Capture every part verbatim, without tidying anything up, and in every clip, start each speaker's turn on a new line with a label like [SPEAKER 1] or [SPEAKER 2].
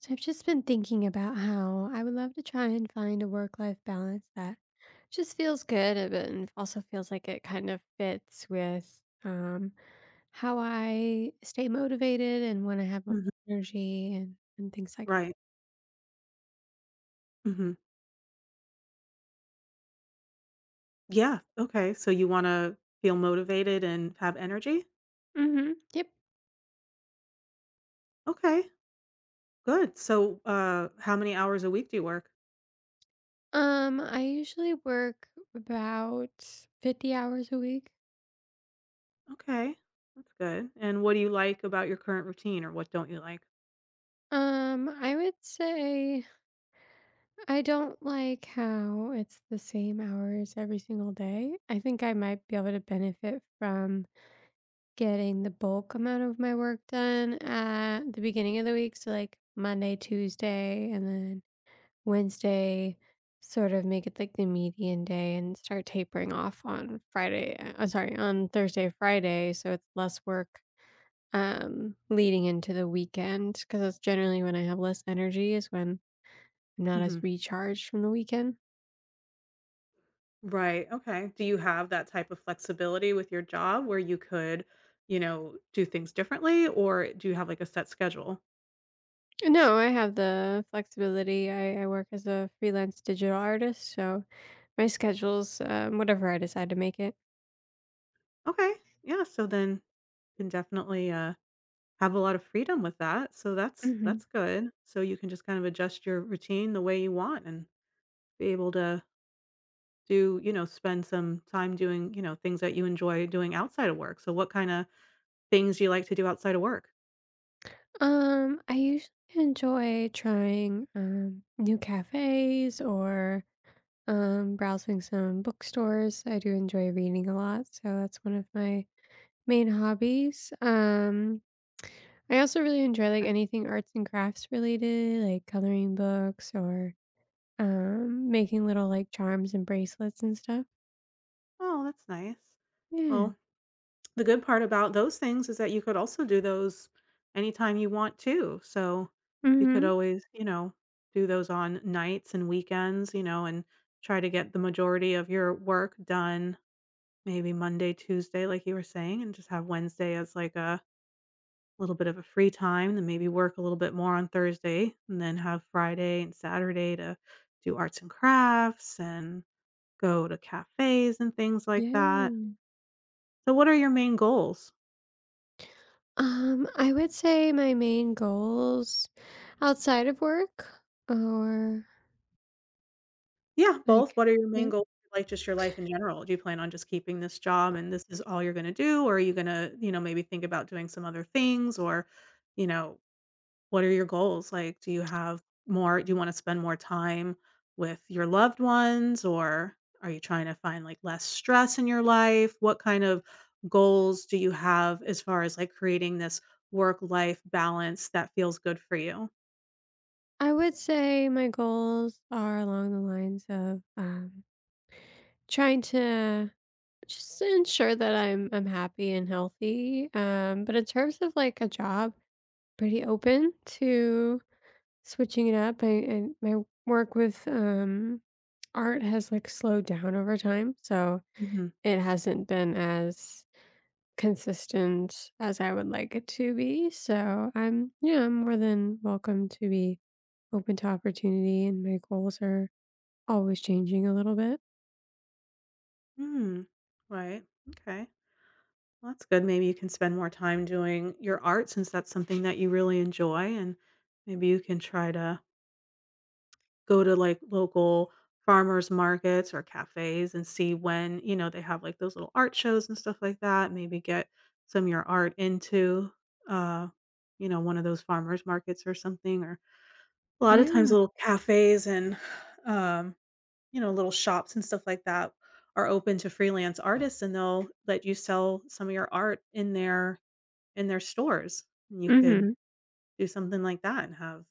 [SPEAKER 1] So I've just been thinking about how I would love to try and find a work life balance that just feels good, uh, but and also feels like it kind of fits with um how I stay motivated and when I have more
[SPEAKER 2] Mhm.
[SPEAKER 1] energy and, and things like…
[SPEAKER 2] Right. Mhm. Yeah. Okay. So you wanna feel motivated and have energy?
[SPEAKER 1] hmm Yep.
[SPEAKER 2] Okay. Good. So, uh, how many hours a week do you work?
[SPEAKER 1] Um I usually work about fifty hours a week.
[SPEAKER 2] Okay. That's good. And what do you like about your current routine or what don't you like?
[SPEAKER 1] Um I would say I don't like how it's the same hours every single day. I think I might be able to benefit from getting the bulk amount of my work done at the beginning of the week. So, like Monday, Tuesday, and then Wednesday, sort of make it like the median day and start tapering off on Friday. I'm sorry, on Thursday, Friday. So it's less work um leading into the weekend because that's generally when I have less energy, is when I'm not as
[SPEAKER 2] Mhm.
[SPEAKER 1] recharged from the weekend.
[SPEAKER 2] Right. Okay. Do you have that type of flexibility with your job where you could, you know, do things differently or do you have like a set schedule?
[SPEAKER 1] No, I have the flexibility. I, I work as a freelance digital artist, so my schedule's um, whatever I decide to make it.
[SPEAKER 2] Okay. Yeah. So then you can definitely, uh have a lot of freedom with that, so that's
[SPEAKER 1] hmm
[SPEAKER 2] that's good. So you can just kind of adjust your routine the way you want and be able to do, you know, spend some time doing, you know, things that you enjoy doing outside of work. So what kind of things do you like to do outside of work?
[SPEAKER 1] Um, I usually enjoy trying um, new cafes or um, browsing some bookstores. I do enjoy reading a lot, so that's one of my main hobbies. Um, I also really enjoy like
[SPEAKER 2] Okay.
[SPEAKER 1] anything arts and crafts related, like coloring books or um, making little, like, charms and bracelets and stuff.
[SPEAKER 2] Oh, that's nice.
[SPEAKER 1] Yeah.
[SPEAKER 2] Well, the good part about those things is that you could also do those anytime you want to. So you could
[SPEAKER 1] Mhm.
[SPEAKER 2] always, you know, do those on nights and weekends, you know, and try to get the majority of your work done. Maybe Monday, Tuesday, like you were saying, and just have Wednesday as, like, a little bit of a free time, then maybe work a little bit more on Thursday, and then have Friday and Saturday to do arts and crafts and go to cafes and things like that.
[SPEAKER 1] Yeah.
[SPEAKER 2] So what are your main goals?
[SPEAKER 1] Um, I would say my main goals outside of work or,
[SPEAKER 2] Yeah, both.
[SPEAKER 1] like,
[SPEAKER 2] What are your main
[SPEAKER 1] yeah,
[SPEAKER 2] goals, like, just your life in general? Do you plan on just keeping this job and this is all you're gonna do, or are you gonna, you know, maybe think about doing some other things or, you know, what are your goals? Like, do you have more do you wanna spend more time with your loved ones, or are you trying to find, like, less stress in your life? What kind of goals do you have as far as, like, creating this work-life balance that feels good for you?
[SPEAKER 1] I would say my goals are along the lines of, um, trying to just ensure that I'm I'm happy and healthy, um, but in terms of, like, a job, pretty open to switching it up. I and my work with, um art has, like, slowed down over time, so
[SPEAKER 2] Mhm.
[SPEAKER 1] it hasn't been as consistent as I would like it to be, so I'm, yeah, I'm more than welcome to be open to opportunity, and my goals are always changing a little bit.
[SPEAKER 2] Mm. Right. Okay. Well, that's good. Maybe you can spend more time doing your art since that's something that you really enjoy, and maybe you can try to go to, like, local farmers markets or cafes and see when, you know, they have, like, those little art shows and stuff like that, maybe get some of your art into, uh, you know, one of those farmers markets or something, or a lot of
[SPEAKER 1] Yeah.
[SPEAKER 2] times little cafes and, um, you know, little shops and stuff like that are open to freelance artists, and they'll let you sell some of your art in their in their stores, and you could
[SPEAKER 1] Mhm.
[SPEAKER 2] do something like that and have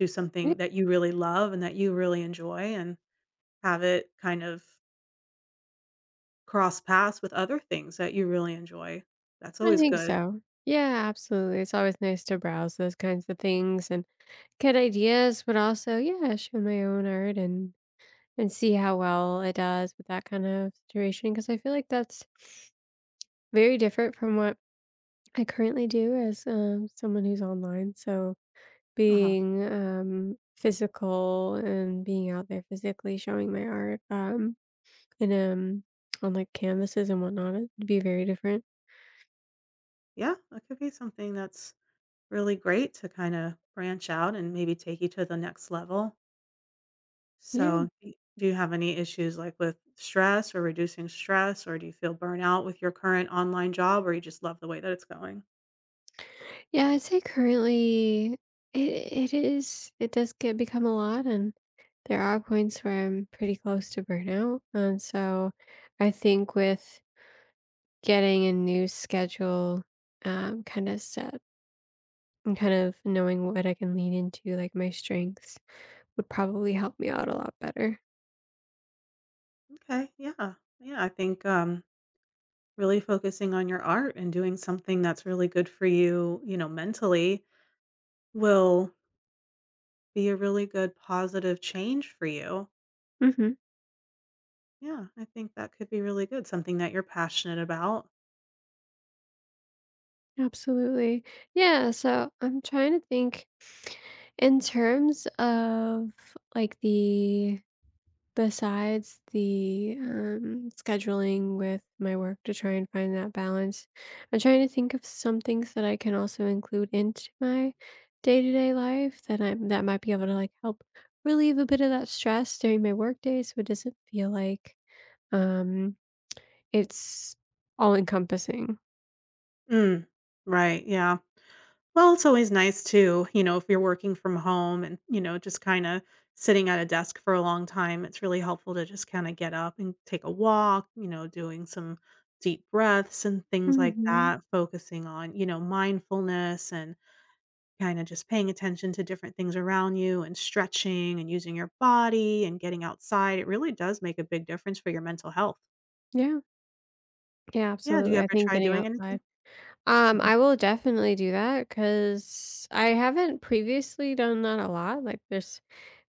[SPEAKER 2] do
[SPEAKER 1] Yeah,
[SPEAKER 2] something that you really love and that you really enjoy and have it kind of cross paths with other things that you really enjoy. That's
[SPEAKER 1] I
[SPEAKER 2] always
[SPEAKER 1] think
[SPEAKER 2] good.
[SPEAKER 1] so. Yeah, absolutely, it's always nice to browse those kinds of things and get ideas, but also, yeah, show my own art. and And see how well it does with that kind of situation, because I feel like that's very different from what I currently do as, um, someone who's online, so
[SPEAKER 2] Uh-huh.
[SPEAKER 1] being, um, physical and being out there physically showing my art, um, and, um, on, like, canvases and whatnot, it'd be very different.
[SPEAKER 2] Yeah, that could be something that's really great to kinda branch out and maybe take you to the next level.
[SPEAKER 1] Yeah.
[SPEAKER 2] So, do do you have any issues, like, with stress or reducing stress, or do you feel burnout with your current online job, or you just love the way that it's going?
[SPEAKER 1] Yeah, I'd say currently it it is it does get become a lot, and there are points where I'm pretty close to burnout, and so I think with getting a new schedule, um, kinda set and kind of knowing what I can lean into, like, my strengths would probably help me out a lot better.
[SPEAKER 2] Okay, yeah. Yeah, I think, um, really focusing on your art and doing something that's really good for you, you know, mentally will be a really good positive change for you.
[SPEAKER 1] Mhm.
[SPEAKER 2] Yeah, I think that could be really good, something that you're passionate about.
[SPEAKER 1] Absolutely. Yeah, so I'm trying to think in terms of, like, the… besides the, um, scheduling with my work to try and find that balance, I'm trying to think of some things that I can also include into my day-to-day life that I'm that might be able to, like, help relieve a bit of that stress during my workday so it doesn't feel like, um, it's all-encompassing.
[SPEAKER 2] Mm, right, yeah. Well, it's always nice too, you know, if you're working from home and, you know, just kind of sitting at a desk for a long time, it's really helpful to just kind of get up and take a walk, you know, doing some deep breaths and things like
[SPEAKER 1] Mhm.
[SPEAKER 2] that, focusing on, you know, mindfulness and kind of just paying attention to different things around you and stretching and using your body and getting outside. It really does make a big difference for your mental health.
[SPEAKER 1] Yeah. Yeah,
[SPEAKER 2] Yeah, do you
[SPEAKER 1] absolutely. I
[SPEAKER 2] ever
[SPEAKER 1] think
[SPEAKER 2] try
[SPEAKER 1] getting
[SPEAKER 2] doing anything?
[SPEAKER 1] outside… um,
[SPEAKER 2] Mhm.
[SPEAKER 1] I will definitely do that because I haven't previously done that a lot, like, there's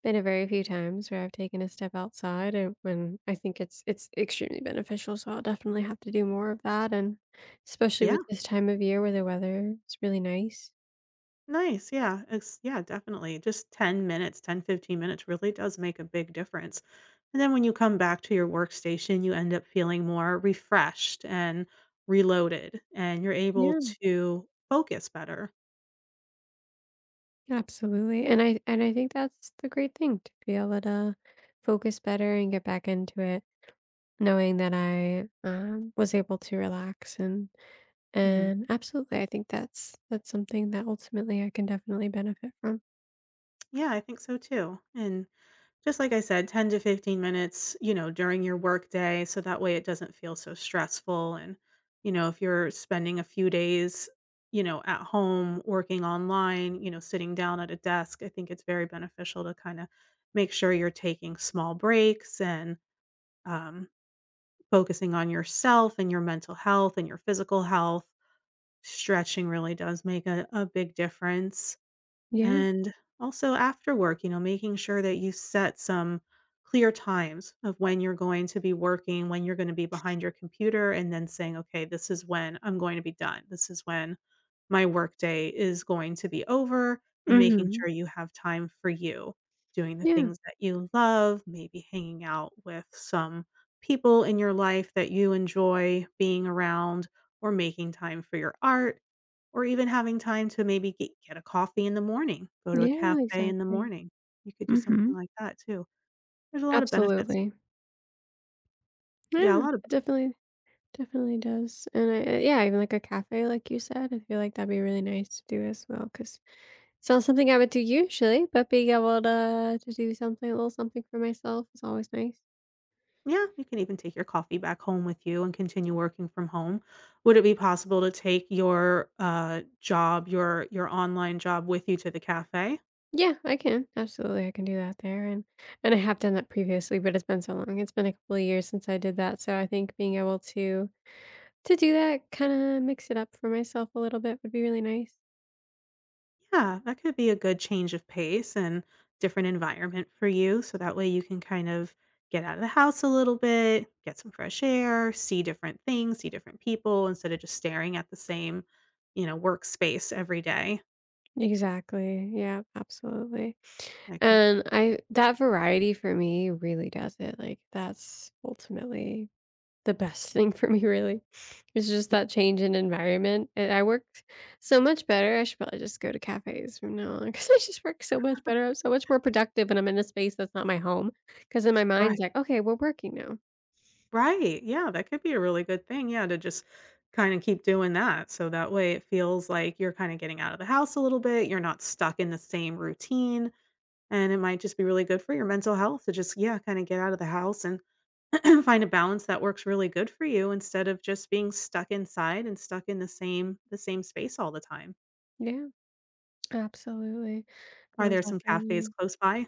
[SPEAKER 1] been a very few times where I've taken a step outside and when I think it's it's extremely beneficial, so I'll definitely have to do more of that, and especially
[SPEAKER 2] Yeah,
[SPEAKER 1] with this time of year where the weather is really nice.
[SPEAKER 2] nice, yeah, it's yeah, definitely, just ten minutes, ten, fifteen minutes really does make a big difference, and then when you come back to your workstation, you end up feeling more refreshed and reloaded, and you're able
[SPEAKER 1] Yeah,
[SPEAKER 2] to focus better.
[SPEAKER 1] absolutely, and I and I think that's the great thing to be able to focus better and get back into it, knowing that I, um, was able to relax and
[SPEAKER 2] Mhm.
[SPEAKER 1] and absolutely, I think that's that's something that ultimately I can definitely benefit from.
[SPEAKER 2] Yeah, I think so too, and just like I said, ten to fifteen minutes, you know, during your workday, so that way it doesn't feel so stressful and, you know, if you're spending a few days, you know, at home working online, you know, sitting down at a desk, I think it's very beneficial to kind of make sure you're taking small breaks and um, focusing on yourself and your mental health and your physical health. Stretching really does make a, a big difference.
[SPEAKER 1] Yeah.
[SPEAKER 2] And also after work, you know, making sure that you set some clear times of when you're going to be working, when you're going to be behind your computer, and then saying, okay, this is when I'm going to be done. This is when my workday is going to be over and making
[SPEAKER 1] Hmm.
[SPEAKER 2] sure you have time for you, doing the
[SPEAKER 1] Yeah.
[SPEAKER 2] things that you love, maybe hanging out with some people in your life that you enjoy being around, or making time for your art, or even having time to maybe get get a coffee in the morning, go to a
[SPEAKER 1] Yeah.
[SPEAKER 2] cafe in the
[SPEAKER 1] Exactly.
[SPEAKER 2] morning. You could do something
[SPEAKER 1] Mhm.
[SPEAKER 2] like that too. There's a lot of benefits.
[SPEAKER 1] Absolutely.
[SPEAKER 2] Yeah, a
[SPEAKER 1] Yeah,
[SPEAKER 2] lot of.
[SPEAKER 1] it definitely definitely does, and I, uh, yeah, even like a cafe, like you said, I feel like that'd be really nice to do as well. Cause it's not something I would do usually, but being able to to do something, a little something for myself is always nice.
[SPEAKER 2] Yeah, you can even take your coffee back home with you and continue working from home. Would it be possible to take your uh, job, your your online job, with you to the cafe?
[SPEAKER 1] Yeah, I can. Absolutely, I can do that there, and and I have done that previously, but it's been so long. It's been a couple of years since I did that, so I think being able to to do that, kinda mix it up for myself a little bit would be really nice.
[SPEAKER 2] Yeah, that could be a good change of pace and different environment for you. So that way you can kind of get out of the house a little bit, get some fresh air, see different things, see different people instead of just staring at the same, you know, workspace every day.
[SPEAKER 1] Exactly. Yeah, absolutely.
[SPEAKER 2] That can,
[SPEAKER 1] And I, that variety for me really does it, like, that's ultimately the best thing for me really. It's just that change in environment, and I work so much better, I should probably just go to cafes from now on because I just work so much better, I'm so much more productive when I'm in a space that's not my home. Because in my
[SPEAKER 2] right.
[SPEAKER 1] mind's like, "Okay, we're working now."
[SPEAKER 2] Right. Yeah, that could be a really good thing. Yeah, to just kind of keep doing that. So that way it feels like you're kind of getting out of the house a little bit. You're not stuck in the same routine. And it might just be really good for your mental health to just, yeah, kind of get out of the house and find a balance that works really good for you instead of just being stuck inside and stuck in the same the same space all the time.
[SPEAKER 1] Yeah, absolutely.
[SPEAKER 2] Are
[SPEAKER 1] No,
[SPEAKER 2] there some cafes
[SPEAKER 1] definitely.
[SPEAKER 2] close by?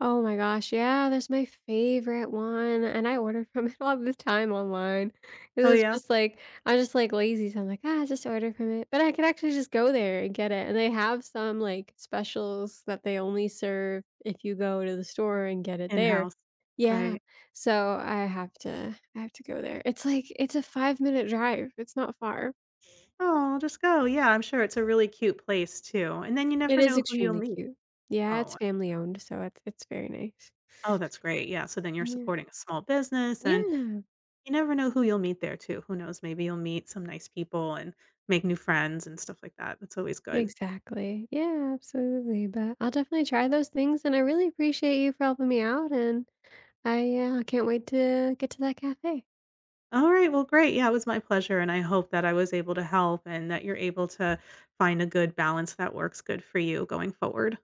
[SPEAKER 1] Oh my gosh, yeah, that's my favorite one, and I order from it all the time online. It
[SPEAKER 2] Oh
[SPEAKER 1] was
[SPEAKER 2] yeah.
[SPEAKER 1] just like, I'm just, like, lazy, so I'm like, "Ah, just order from it," but I could actually just go there and get it, and they have some, like, specials that they only serve if you go to the store and get it there.
[SPEAKER 2] In-house.
[SPEAKER 1] Yeah,
[SPEAKER 2] Right.
[SPEAKER 1] so I have to I have to go there. It's like it's a five-minute drive, it's not far.
[SPEAKER 2] Oh, just go. Yeah, I'm sure it's a really cute place too. And then you
[SPEAKER 1] It
[SPEAKER 2] never
[SPEAKER 1] is
[SPEAKER 2] know who you'll
[SPEAKER 1] extremely
[SPEAKER 2] meet.
[SPEAKER 1] cute. Yeah, it's
[SPEAKER 2] Oh.
[SPEAKER 1] family owned, so it's it's very nice.
[SPEAKER 2] Oh, that's great. Yeah, so then you're
[SPEAKER 1] Yeah.
[SPEAKER 2] supporting a small business and
[SPEAKER 1] Yeah.
[SPEAKER 2] you never know who you'll meet there too. Who knows? Maybe you'll meet some nice people and make new friends and stuff like that. That's always good.
[SPEAKER 1] Exactly. Yeah, absolutely, but I'll definitely try those things, and I really appreciate you for helping me out, and I, uh, can't wait to get to that cafe.
[SPEAKER 2] All right. Well, great. Yeah, it was my pleasure. And I hope that I was able to help and that you're able to find a good balance that works good for you going forward.